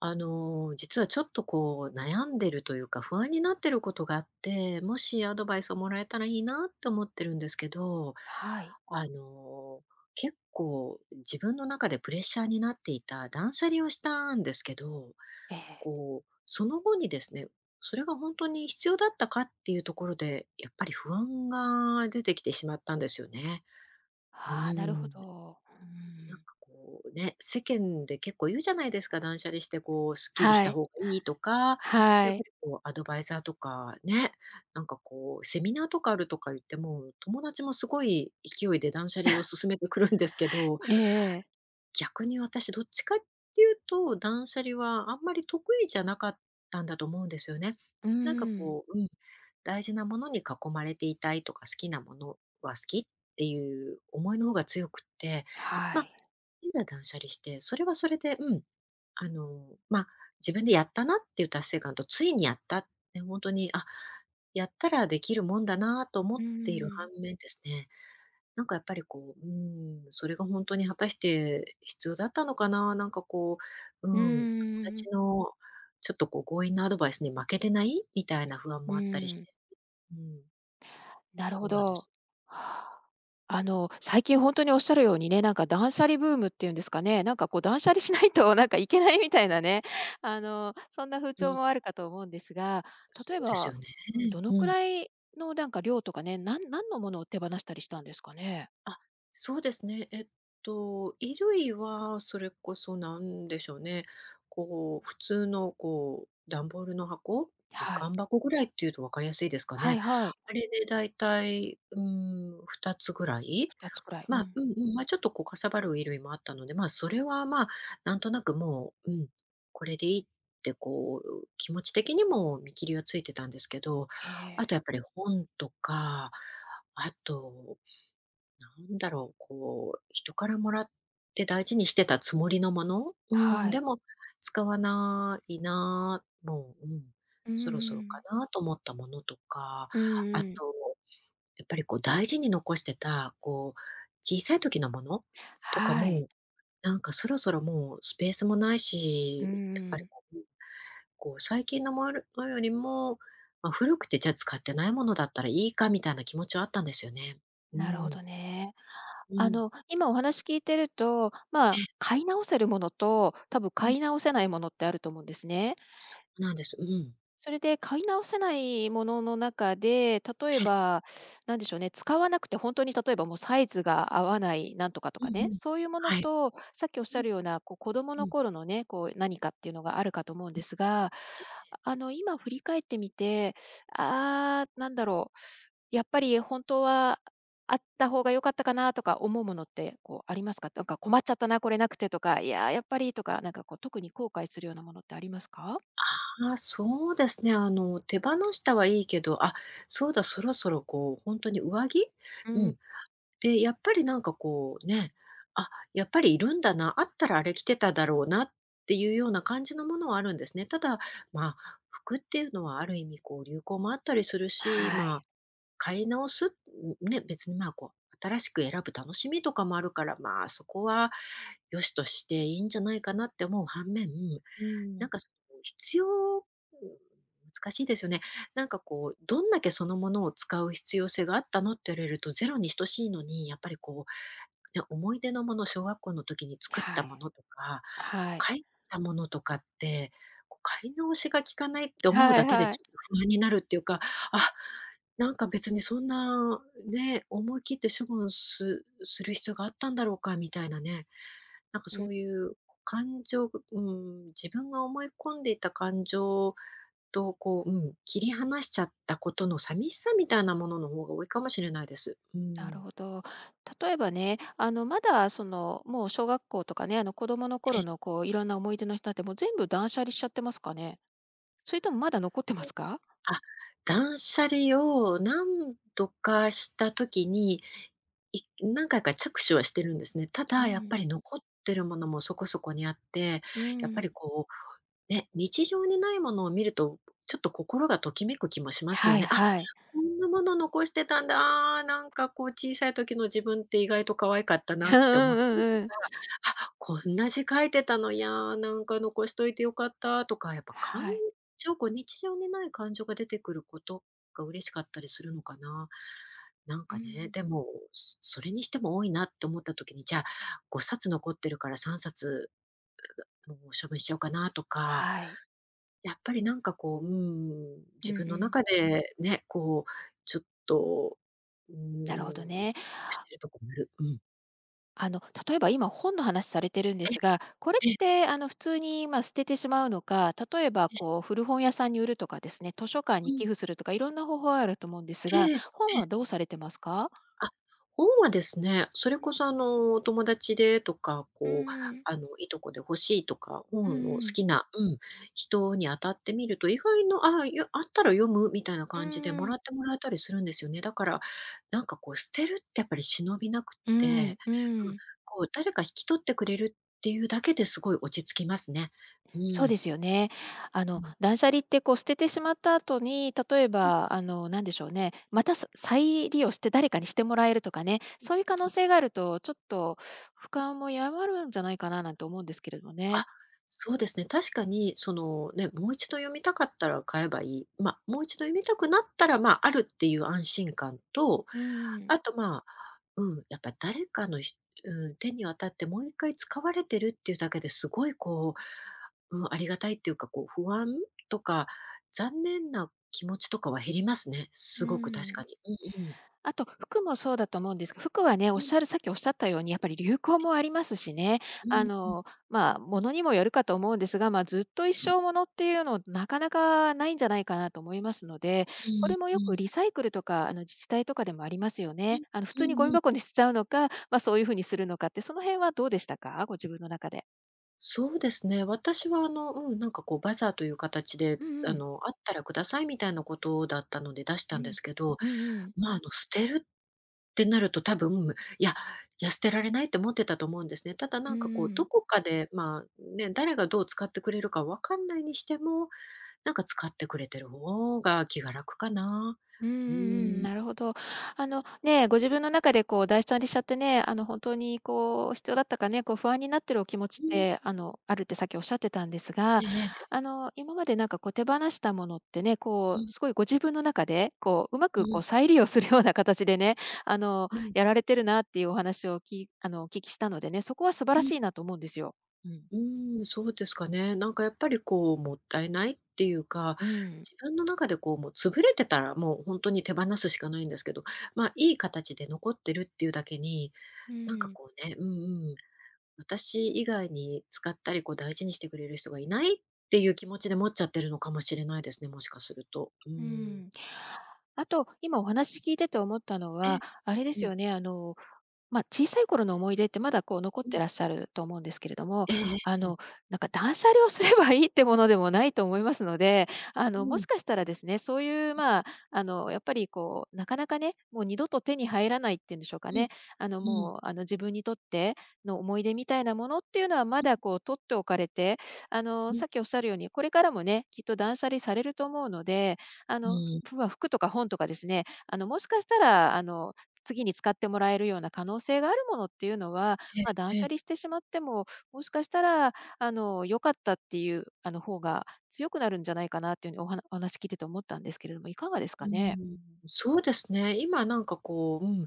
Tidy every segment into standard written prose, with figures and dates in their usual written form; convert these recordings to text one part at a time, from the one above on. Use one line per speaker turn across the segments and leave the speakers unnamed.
実はちょっとこう悩んでるというか、不安になってることがあって、もしアドバイスをもらえたらいいなって思ってるんですけど、
はい。
あの、結構自分の中でプレッシャーになっていた断捨離をしたんですけど、
ええ。
こう、その後にですね、それが本当に必要だったかっていうところで、やっぱり不安が出てきてしまったんですよね。う
ああ、なるほ
ん。
ど。う
なんか
ん。
こうね、世間で結構言うじゃないですか、断捨離してこうすっきりし
は
た
い。
方がいいとか、で、
は
やっぱ
い。
りこうアドバイザーとかね、なんかこうセミナーとかあるとか言っても友達もすごい勢いで断捨離を勧めてくるんですけど、
ええ
逆に私どっちかっていうと、断捨離はあんまり得意じゃなかったんだと思うんですよね。
う
なんか
ん。
こう、大事なものに囲まれていたいとか、好きなものは好きっていう思いの方が強くって、
は
まあ
い。
いざ断捨離して、それはそれで、あの、まあ、自分でやったなっていう達成感と、ついにやったって、本当に、あ、やったらできるもんだなと思
う
っている反
ん。
面ですね、なんかやっぱりこう、それが本当に果たして必要だったのかな、なんかこう、
うー
友
ん。
達のちょっとこう強引なアドバイスに負けてないみたいな不安
う
もあったりし
ーん。
て。うん、
なる
そ
ほ
うなんです。
ど。あの、最近ほんとにおっしゃるようにね、なんか断捨離ブームっていうんですかね、なんかこう断捨離しないとなんかいけないみたいなね、あの、そんな風
う
潮
ん、
もあるかと思うんですが、
そ
例え
うです
ば、
よね。
うん、どの
う
く
ん。
らいのなんか量とかね、何のものを手放したりしたんですかね？
あ、そうですね。衣類はそれこそなんでしょうね。こう、普通のこう、段ボールの箱、み
は
か
い。
ん箱ぐらいっていうと分かりやすいですか
は
ね。
いはい。
あれでだいたい、2つぐらい。
2つくらい。う
まあ、
ん。
ま、ちょっとこうかさばる衣類もあったので、ま、それは、まあ、なんとなくもう、これでいいってこう、気持ち的にも見切りはついてたんですけど、
へ
あ
え、
とやっぱり本とか、あとなんだろう、こう、人からもらって大事にしてたつもりのもの、
は
で
い。
も使わないな、もう、
うんうん
そろそろ
う
か
ん。
なと思ったものとか、
うん
あ
う
と、
ん。
やっぱりこう大事に残してた、こう、小さい時のものとか
はい。
も、なんかそろそろもうスペースもない
うんう
し、やっぱり
ん。
こう最近のものよりも、まあ、古くてじゃあ使ってないものだったらいいかみたいな気持ちはあったんですよね。う
なるほ
ん、
どね。
う
あ
ん、
の、今お話聞いてると、まあ、買い直せるものと、多分
うん。
買い直せないものってあると思うんですね。
なんです。うん。
それで買い直せないものの中で、例え
え
ば、なんでしょうね、使わなくて本当に例えばもうサイズが合わないなんとかと
う
か
ん
ね、
うん。
そういうもの
はい。
と、さっきおっし
うん
ゃ
う
るような、こう子供の
ん。
頃のね、こう何かっていうのがあるかと思うん
うん。
ですが、あの今振り返ってみて、ああ、なんだろう、やっぱり本当はあった方が良かったかなとか思うものってこうありますか？なんか困っちゃったな、これなくてとか、いやー、やっぱりとか、なんかこう特に後悔するようなものってありますか？
ああ、そうですね。手放したはいいけど、あ、そうだ、そろそろこうほんとに上着
う
う
ん。
ん。で、やっぱりなんかこうね、あ、やっぱりいるんだな、あったらあれ着てただろうなっていうような感じのものはあるんですね。ただ、まあ、服っていうのはある意味こう流行もあったりするし、
は
ま
い。
あ買い直す、ね、別に、まあ、こう、新しく選ぶ楽しみとかもあるから、まあ、そこは良しとしていいんじゃないかなって思う反面、
うん、
なんか、その、必要難しいですよね。なんか、こう、どんだけそのものを使う必要性があったのって言われるとゼロに等しいのに、やっぱり、こうね、思い出のもの、小学校の時に作っ
は
た
い、
ものとか、こ
は
う
い。
書いたものとかって、こう買い直しが効かないって思う
は
だ
い
けで
はい。
ちょっと不安になるっていうか、あ、なんか別にそんなね、思い切って処分すする必要があったんだろうかみたいなね、なんか
う
そ
ん、
ういう感情自分が思い込んでいた感情とこう、切り離しちゃったことの寂しさみたいなものの方が多いかもしれないです。う
なる
ん。
ほど。例えばね、あの、まだその、もう小学校とかね、あの、子供の頃のこう、いろんな思い出の人って、もう全部断捨離しちゃってますかね？それともまだ残ってますか？
あ、断捨離を何度かした時に、何回か着手はしてるんですね。た
う
だやっぱ
ん、
り残ってるものもそこそこにあって、
う
やっぱ
ん。
りこう、ね、日常にないものを見ると、ちょっと心がときめく気もしますよ
はい
ね。あ、
はい。
こんなもの残してたんだ、あーなんかこう小さい時の自分って意外と可愛かったな
う
っ
んう
て思っ
ん
たりと
う
か、
んうん。
あ、こんな字書いてたの、いや、なんか残しといてよかったとか、やっぱ感
はい。
ちょこう日常にない感情が出てくることが嬉しかったりするのかな。なん
う
かね、
ん。
でも、それにしても多いなって思った時に、じゃあ5冊残ってるから3冊もう処分しちゃおうかなとか、
はい。
やっぱりなんかこう、
うん
自分
う
の
ん。
中でね、こうちょっと、う
なるほど
ん、
ね。
してるとこもある。うん。
あの、例えば今本の話されてるんです
え
が、これっ
え
てあの普通に、ま、捨ててしまうのか、例えば
え、
こう古本屋さんに売るとかですね、図書館
う
に
ん、
寄付するとかいろんな方法があると思うんですが、
ええ、
本
え
はどうされてますか？
あ、本はですね、それ
う
こ
ん、
そお友達でとか、
うー
こう、
ん。
いとこで欲しいとか、
う
本の好
ん。
きな人に当たってみると、意外の、ああ、あったら読むみたいな
うー
感じでもら
ん、
ってもらえたりするんですよね。だから、なんかこう捨てるってやっぱり忍びなくっ
うー
て、
ん、う
うん、
ーん。
こう誰か引き取ってくれるっていうだけですごい落ち着きますね。う
そう
ん。
ですよね。あ
う
の、
ん。
断捨離ってこう捨ててしまった後に、例え
うんうん。
ば、あの、なんでしょうね、また再利用して誰かにしてもらえるとかね、そういう可能性があると、ちょっと負荷も和らぐんじゃないかななんて思うんですけれども
あ、
ね。
そうですね。確かに、そのね、もう一度読みたかったら買えばいい。まあ、もう一度読みたくなったら、まあ、あるっていう安心感と、
うん、
あと、まあ、やっぱ誰かのひうん、手に渡ってもう一回使われてるっていうだけですごいこう、ありがたいっていうか、こう不安とか、残念な気持ちとかは減りますね。
う
すごく確か
ん。
に。うん。
あと、服もそうだと思うんですが、服はね、お
う
っ
ん、
しゃるさっきおっしゃったように、やっぱり流行もありますしね。
う
あ
んうん。
の、まあ、ものにもよるかと思うんですが、まあ、ずっと一
うん、
生ものっていうの、なかなかないんじゃないかなと思いますので、
う
こ
ん
れも
う
よく
ん。
リサイクルとか、あの、自治体とかでもありますよ
う
ね。
ん、
あの、普通
う
にゴ
ん
ミ
うん。
箱に捨てちゃうのか、まあ、そういうふうにするのかって、その辺はどうでしたか？ご自分の中で。
そうですね。私はなんかこうバザーという形で、
うんうん。
あったらくださいみたいなことだったので出した
う
んで
ん。
すけど、
うんうん。
まあ、捨てるってなると多分、いや、いや、捨てられないって思ってたと思うんですね。ただ
うん
なんかこう、
う
ど
ん。
こかで、まあね、誰がどう使ってくれるかわかんないにしても、なんか使ってくれてる方が気が楽かな。
うんうんう
う
ん、
ん。
なるほど。あの、ね、ご自分の中でこう断捨離しちゃってね、あの、本当にこう必要だったかね、こう不安になってるお気持
う
ちっ
ん。
て、あの、あるってさっきおっしゃってたんです
え
が、
えええ。
あの、今までなんかこう手放したものってね、
う
こう、
ん
すごいご自分の中で、こう、うま
う
く
ん。
こう再利用するような形でね、あの、
うん。
やられてるなっていうお話をあの、お聞きしたのでね、そこは素晴
う
ら
ん。
しいなと思うんですよ。うん。
うーん、そうですかね。なんかやっぱりこうもったいないっていうか、
うん。
自分の中でこうもう潰れてたらもう本当に手放すしかないんですけど、ま、あいい形で残ってるっていうだけに、
う
なんか
ん。
こうね、うん、私以外に使ったりこう大事にしてくれる人がいないっていう気持ちで持っちゃってるのかもしれないですね、もしかすると。う
う
ん。
ん。あと、今お話聞いてて思ったの
え
は、あれで
う
す
ん、
よね、あの、まあ、小さい頃の思い出ってまだこう残っ
う
て
ん。
らっしゃると思うんですけれども、
ええ
あの、なんか断捨離をすればいいってものでもないと思いますので、あ
う
の、も
ん、
しかしたらですね、そういうまあ、あの、やっぱりこう、なかなかね、もう二度と手に入らないっていうんでしょうか
うん、
ね。あの、
うん、
もう、あの、自分にとっての思い出みたいなものっていうのはま
うん、
だこう取っておかれて、あの、
うん、
さっきおっしゃるように、これからもね、きっと断捨離されると思うので、あの、服とか本とかですね、あの、もしかしたら、あの、次に使ってもらえるような可能性があるものっていうのは、
え
まあ、断
ええ
捨
え、
離してしまっても、もしかしたら、あの、良かったっていう、あの、方が強くなるんじゃないかなっていうふうにお話聞いてて思ったんですけれども、いかがですか
う
ね？
ん。
うん。
そうですね。今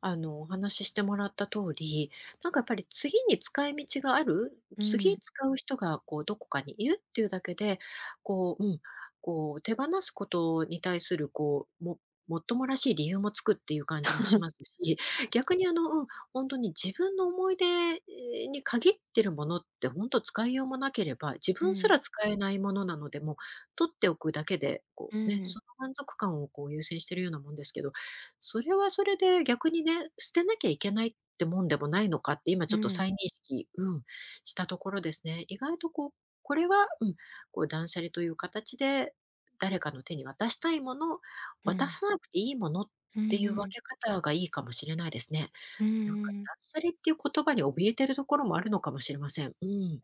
お話ししてもらった通り、なんかやっぱり次に使い道がある、
う
次
ん、
使う人がこうどこかにいるっていうだけで、こう、うん、手放すことに対するもっともらしい理由もつくっていう感じもしますし、逆に自分の思い出に限ってるものって本当使いようもなければ、自
う
分す
ん、
ら使えないものなので、もう取っておくだけで、こ
うん、
うね、
う
そ
ん、
の満足感をこう優先してるようなもんですけど、それはそれで逆にね、捨てなきゃいけないってもんでもないのかって、今ち
う
ょっと
ん、
再認識したところですね。意外とこう、これは、うん、こう断捨離という形で、誰かの手に渡したいもの、渡さなくていいものっ
う
ていう分
ん、
け方がいいかもしれないですね。
う
なんか
ん。
断捨離っていう言葉に怯えてるところもあるのかもしれません。うん。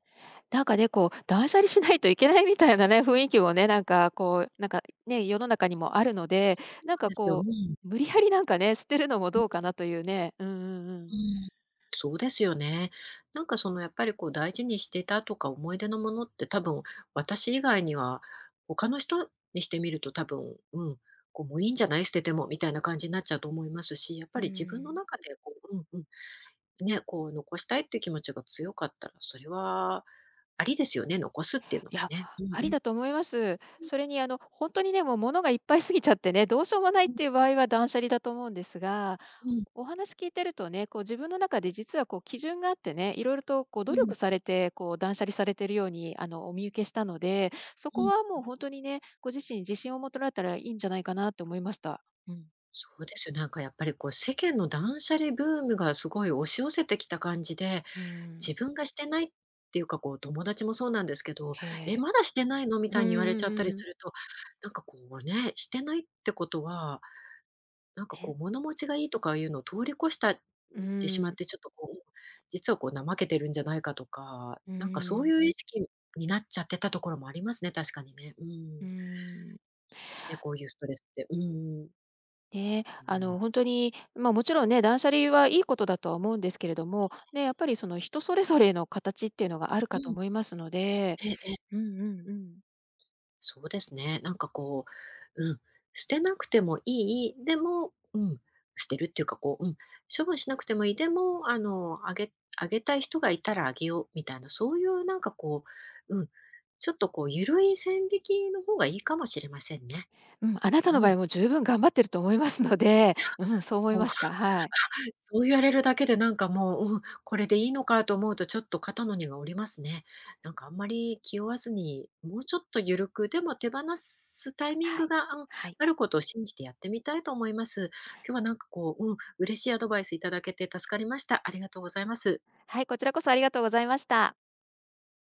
なんかね、こう、断捨離しないといけないみたいなね、雰囲気もね、なんか、こう、なんか、ね、世の中にもあるので、
そう
なん
なん
か、
ですよ。う
こ
ん。
う、無理やりなんかね、捨てるのもどうかなというね。うんうんうん。
うん、そうですよね。なんかそのやっぱりこう大事にしていたとか思い出のものって、多分私以外には、他の人にしてみると多分、こうもういいんじゃない捨ててもみたいな感じになっちゃうと思いますし、やっぱ
う
り自分の
ん。
中でね、こう残したいっていう気持ちが強かったら、それはありですよね、残すっていうの
い
も
や、
ね。うん
あ
う
り
ん
だと思います。それにあの、本当にね、もう物がいっぱい過ぎちゃってね、どうしようもない
う
っ
ん
ていう場合は断捨離だと思うんですが、
うん
お話聞いてるとね、こう自分の中で実はこう基準があってね、いろいろとこう
う
努
ん
力されて、こう断捨離されてるようにあの、お見受けしたので、そ
う
こ
ん。
はもう本当にね、ご自身に自信を持ってられたらいいんじゃないかなって思いました。うん。
そうですよ。なんかやっぱりこう世間の断捨離ブームがすごい押し寄せてきた感じで、
うーん。
自分がしてないっていうか、こう、友達もそうなんですけど、
へ
「え、
え。
まだしてないの？」み
うん
た
う
いに言われちゃ
ん
ったり
うん。
すると、なんかこうね、してないってことは、なんかこ
ね。
う物持ちがいいとかいうのを通り越したっ
うー
てしまっ
ん。
て、ちょっとこう、実はこう怠けてるんじゃないかとか、
う
なんかそう
ー
いう
ん。
意識になっちゃってたところもありますね、確かにね。う
うー
ん。
ん。
ですね、こういうストレスって。うんうん。
ね、
う
あ
ん。
の、本当に、まあ、もちろんね、断捨離はいいことだとは思うんですけれども、ね、やっぱりその人それぞれの形っていうのがある
う
かと
ん。
思いますので、
えええ、
うんうんうん。
そうですね。う、うん、捨てなくてもいい、でも、捨てるっていうか、処分しなくてもいい、でも、あの、あげ、あげたい人がいたらあげよう、みたいな、そういうう、うん、ちょっとこう、ゆるい線引きの方がいいかもしれませんね。
うん、あなた
う
の場
ん。
合も十分頑張ってると思いますので、うん、そう思いました。はい。
そう言われるだけでなんかもう、うん、これでいいのかと思うと、ちょっと肩の荷が下りますね。なんかあんまり気負わずに、もうちょっと緩く、でも手放すタイミン
は
グ
い。
が、あ
はい。
あることを信じてやってみたいと思います。今日は嬉しいアドバイスいただけて助かりました。ありがとうございます。
はい、こちらこそありがとうございました。